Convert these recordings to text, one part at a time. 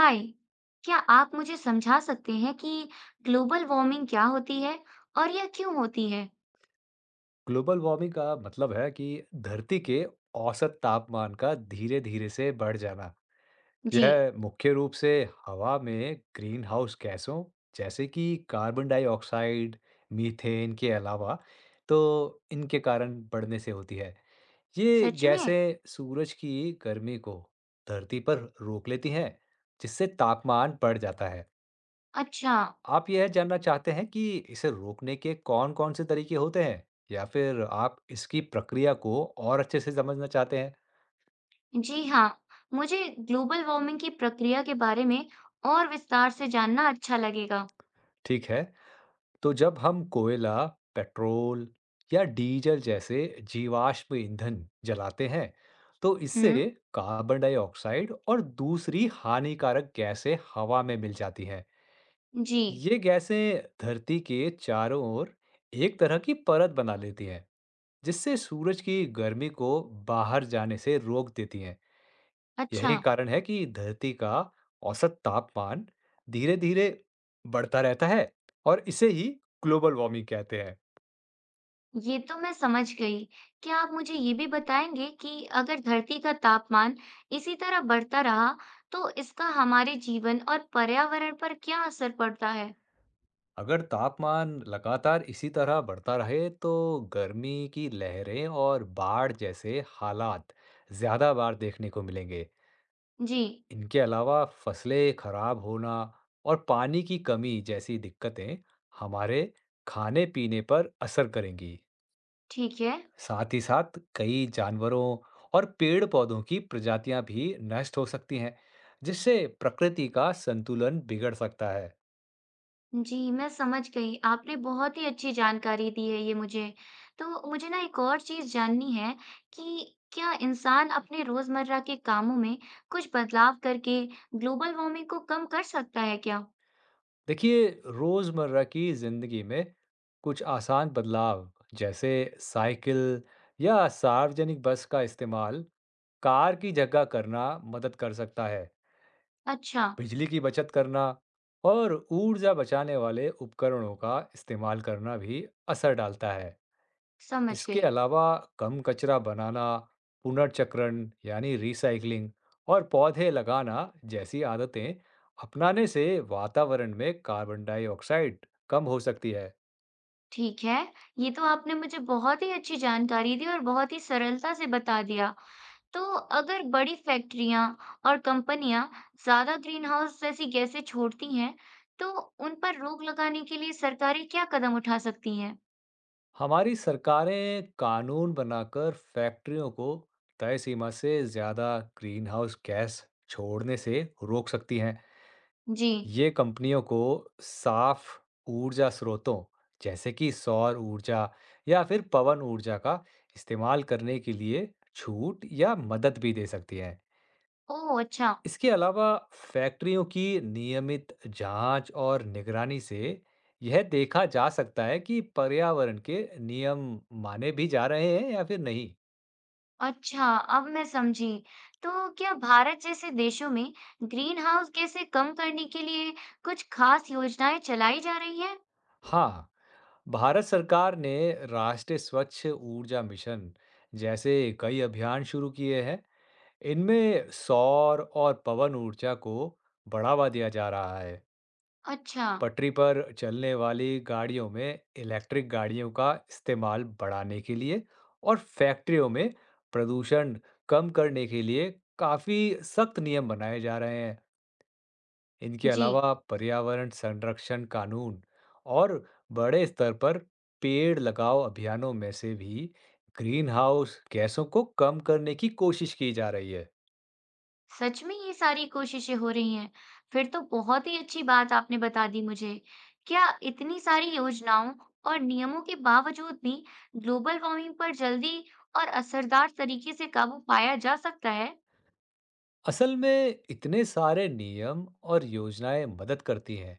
हाय। क्या आप मुझे समझा सकते हैं कि ग्लोबल वार्मिंग क्या होती है और यह क्यों होती है। ग्लोबल वार्मिंग का मतलब है कि धरती के औसत तापमान का धीरे धीरे से बढ़ जाना। जी। यह मुख्य रूप से हवा में ग्रीन हाउस गैसों जैसे कि कार्बन डाइऑक्साइड मीथेन के अलावा तो इनके कारण बढ़ने से होती है। ये सच में। गैसें सूरज की गर्मी को धरती पर रोक लेती हैं, जिससे तापमान बढ़ जाता है। अच्छा। आप यह जानना चाहते हैं कि इसे रोकने के कौन-कौन से तरीके होते हैं या फिर आप इसकी प्रक्रिया को और अच्छे से समझना चाहते हैं? जी हाँ, मुझे ग्लोबल वार्मिंग की प्रक्रिया के बारे में और विस्तार से जानना अच्छा लगेगा। ठीक है, तो जब हम कोयला, पेट्रोल या डीजल जैसे जीवाश्म ईंधन जलाते हैं, तो इससे हम्म। कार्बन डाइऑक्साइड और दूसरी हानिकारक गैसें हवा में मिल जाती हैं। जी। ये गैसें धरती के चारों ओर एक तरह की परत बना लेती हैं, जिससे सूरज की गर्मी को बाहर जाने से रोक देती हैं। अच्छा। यही कारण है कि धरती का औसत तापमान धीरे-धीरे बढ़ता रहता है और इसे ही ग्लोबल वार्मिंग कहते हैं। ये तो मैं समझ गई। क्या आप मुझे ये भी बताएंगे कि अगर धरती का तापमान इसी तरह बढ़ता रहा तो इसका हमारे जीवन और पर्यावरण पर क्या असर पड़ता है। अगर तापमान लगातार इसी तरह बढ़ता रहे तो गर्मी की लहरें और बाढ़ जैसे हालात ज्यादा बार देखने को मिलेंगे। जी। इनके अलावा फसलें खराब होना और पानी की कमी जैसी दिक्कतें हमारे खाने-पीने पर असर करेंगी। ठीक है। साथ ही साथ कई जानवरों और पेड़ पौधों की प्रजातियां भी नष्ट हो सकती हैं, जिससे प्रकृति का संतुलन बिगड़ सकता है। जी, मैं समझ गई। आपने बहुत ही अच्छी जानकारी दी है ये मुझे। मुझे एक और चीज़ जाननी है कि क्या इंसान अपने रोज़मर्रा के कामों में कुछ बदलाव करके ग्लोबल वार्मिंग को कम कर सकता है क्या? देखिए, रोजमर्रा की जिंदगी में कुछ आसान बदलाव जैसे साइकिल या सार्वजनिक बस का इस्तेमाल कार की जगह करना मदद कर सकता है। अच्छा। बिजली की बचत करना और ऊर्जा बचाने वाले उपकरणों का इस्तेमाल करना भी असर डालता है। समझ इसके गई। अलावा कम कचरा बनाना, पुनर्चक्रण यानी रिसाइकलिंग और पौधे लगाना जैसी आदतें अपनाने से वातावरण में कार्बन डाइऑक्साइड कम हो सकती है। ठीक है, ये तो आपने मुझे बहुत ही अच्छी जानकारी दी और बहुत ही सरलता से बता दिया। तो अगर बड़ी फैक्ट्रियां और कंपनियां ज्यादा ग्रीनहाउस जैसी गैसें छोड़ती हैं, तो उन पर रोक लगाने के लिए सरकारें क्या कदम उठा सकती हैं? हमारी सरकारें कानून बनाकर फैक्ट्रियों को तय सीमा से ज़्यादा ग्रीन हाउस गैस छोड़ने से रोक सकती हैं। जी। ये कंपनियों को साफ ऊर्जा स्रोतों जैसे कि सौर ऊर्जा या फिर पवन ऊर्जा का इस्तेमाल करने के लिए छूट या मदद भी दे सकती हैं। ओह अच्छा। इसके अलावा फैक्ट्रियों की नियमित जांच और निगरानी से यह देखा जा सकता है कि पर्यावरण के नियम माने भी जा रहे हैं या फिर नहीं। अच्छा, अब मैं समझी। तो क्या भारत जैसे देशों में ग्रीनहाउस गैसें कम करने के लिए कुछ खास योजनाएं चलाई जा रही हैं? हाँ, भारत सरकार ने राष्ट्रीय स्वच्छ ऊर्जा मिशन जैसे कई अभियान शुरू किए हैं। इनमें सौर और पवन ऊर्जा को बढ़ावा दिया जा रहा है। अच्छा। पटरी पर चलने वाली गाड़ियों में इलेक्ट्रिक गाड़ियों का इस्तेमाल बढ़ाने के लिए और फैक्ट्रियों में प्रदूषण कम करने के लिए काफी सख्त नियम बनाए जा रहे हैं। इनके जी। अलावा पर्यावरण संरक्षण कानून और बड़े स्तर पर पेड़ लगाओ अभियानों में से भी ग्रीन हाउस गैसों को कम करने की कोशिश की जा रही है। सच में ये सारी कोशिशें हो रही हैं। फिर तो बहुत ही अच्छी बात आपने बता दी मुझे। क्या इतनी सारी योजनाओं और नियमों के बावजूद भी ग्लोबल वार्मिंग पर जल्दी और असरदार तरीके से काबू पाया जा सकता है? असल में इतने सारे नियम और योजनाएं मदद करती हैं,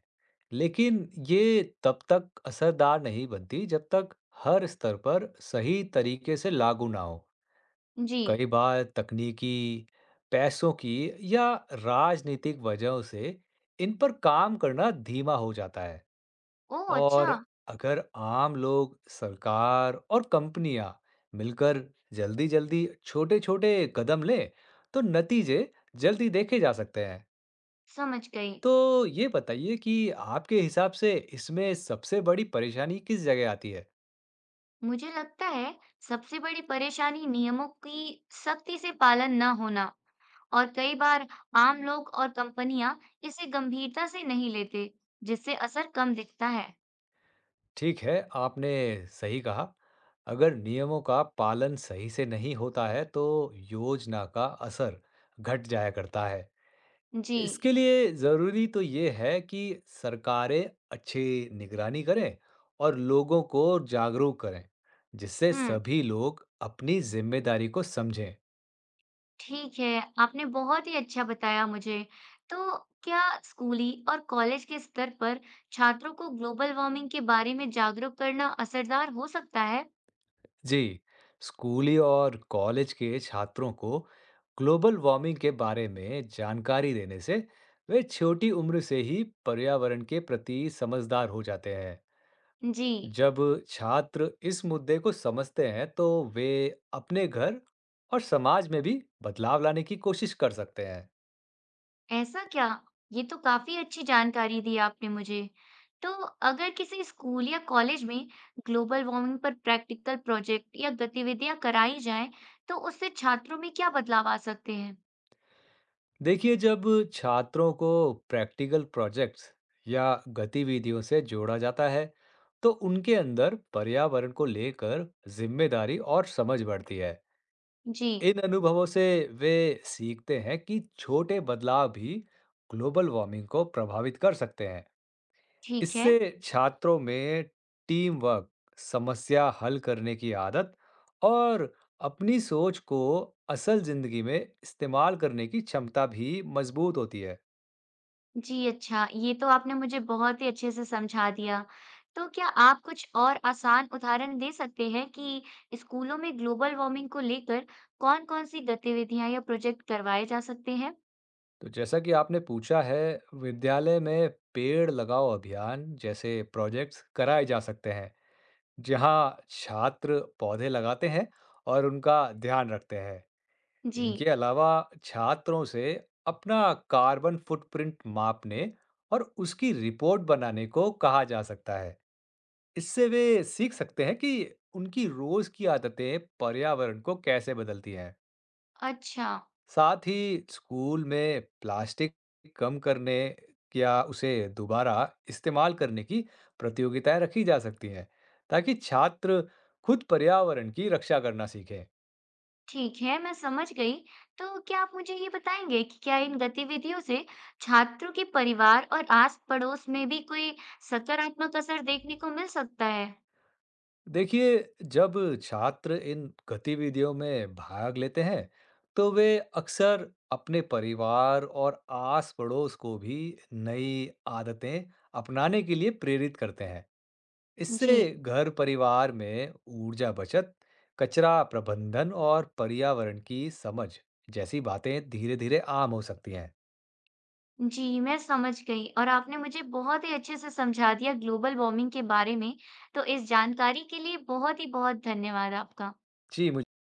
लेकिन ये तब तक असरदार नहीं बनती जब तक हर स्तर पर सही तरीके से लागू ना हो। जी। कई बार तकनीकी, पैसों की या राजनीतिक वजहों से इन पर काम करना धीमा हो जाता है। ओह अच्छा। और अगर आम लोग, सरकार और कंपनियां मिलकर जल्दी-जल्दी छोटे-छोटे कदम लें, तो नतीजे जल्दी देखे जा सकते हैं। समझ गई। तो ये बताइए कि आपके हिसाब से इसमें सबसे बड़ी परेशानी किस जगह आती है? मुझे लगता है सबसे बड़ी परेशानी नियमों की सख्ती से पालन न होना, और कई बार आम लोग और कंपनियां इसे गंभीरता से नहीं लेते, जिससे असर कम दिखता है। ठीक है, आपने सही कहा। अगर नियमों का पालन सही से नहीं होता है, तो योजना का असर घट जाया करता है। जी। इसके लिए ज़रूरी तो ये है कि सरकारें अच्छी निगरानी करें और लोगों को जागरूक करें, जिससे हुँ, सभी लोग अपनी जिम्मेदारी को समझें। ठीक है, आपने बहुत ही अच्छा बताया मुझे। तो क्या स्कूली और कॉलेज के स्तर पर छात्रों को ग्लोबल वार्मिंग के बारे में जागरूक करना असरदार हो सकता है? जी, स्कूली और कॉलेज के छात्रों को ग्लोबल वार्मिंग के बारे में जानकारी देने से वे छोटी उम्र से ही पर्यावरण के प्रति समझदार हो जाते हैं। जी। जब छात्र इस मुद्दे को समझते हैं तो वे अपने घर और समाज में भी बदलाव लाने की कोशिश कर सकते हैं। ऐसा क्या? ये तो काफ़ी अच्छी जानकारी दी आपने मुझे। तो अगर किसी स्कूल या कॉलेज में ग्लोबल वार्मिंग पर प्रैक्टिकल प्रोजेक्ट या गतिविधियाँ कराई जाएँ, तो उससे छात्रों में क्या बदलाव आ सकते हैं? देखिए, जब छात्रों को प्रैक्टिकल प्रोजेक्ट्स या गतिविधियों से जोड़ा जाता है, तो उनके अंदर पर्यावरण को लेकर जिम्मेदारी और समझ बढ़ती है। जी। इन अनुभवों से वे सीखते हैं कि छोटे बदलाव भी ग्लोबल वार्मिंग को प्रभावित कर सकते हैं। ठीक है। इससे छात्रों में टीम वर्क, समस्या हल करने की आदत और अपनी सोच को असल जिंदगी में इस्तेमाल करने की क्षमता भी मजबूत होती है। जी, अच्छा, ये तो आपने मुझे बहुत ही अच्छे से समझा दिया। तो क्या आप कुछ और आसान उदाहरण दे सकते हैं कि स्कूलों में ग्लोबल वार्मिंग को लेकर कौन-कौन सी गतिविधियां या प्रोजेक्ट करवाए जा सकते हैं? तो जैसा कि आपने पूछा है, विद्यालय में पेड़ लगाओ अभियान जैसे प्रोजेक्ट्स कराए जा सकते हैं, जहां छात्र पौधे लगाते हैं और उनका ध्यान रखते हैं। जी। इनके अलावा छात्रों से अपना कार्बन फुटप्रिंट मापने और उसकी रिपोर्ट बनाने को कहा जा सकता है। इससे वे सीख सकते हैं कि उनकी रोज की आदतें पर्यावरण को कैसे बदलती हैं। अच्छा। साथ ही स्कूल में प्लास्टिक कम करने या उसे दोबारा इस्तेमाल करने की प्रतियोगिताएं रखी जा सकती हैं, ताकि छात्र खुद पर्यावरण की रक्षा करना सीखें। ठीक है, मैं समझ गई। तो क्या आप मुझे ये बताएंगे कि क्या इन गतिविधियों से छात्रों के परिवार और आस-पड़ोस में भी कोई सकारात्मक असर देखने को मिल सकता है? देखिए, जब छात्र इन गतिविधियों में भाग लेते हैं तो वे अक्सर अपने परिवार और आस पड़ोस को भी नई आदतें अपनाने के लिए प्रेरित करते हैं। जी। इससे घर परिवार में ऊर्जा बचत, कचरा प्रबंधन और पर्यावरण की समझ जैसी बातें धीरे धीरे आम हो सकती हैं। जी, मैं समझ गई और आपने मुझे बहुत ही अच्छे से समझा दिया ग्लोबल वार्मिंग के बारे में। तो इस जानकारी के लिए बहुत ही बहुत धन्यवाद आपका। जी मुझे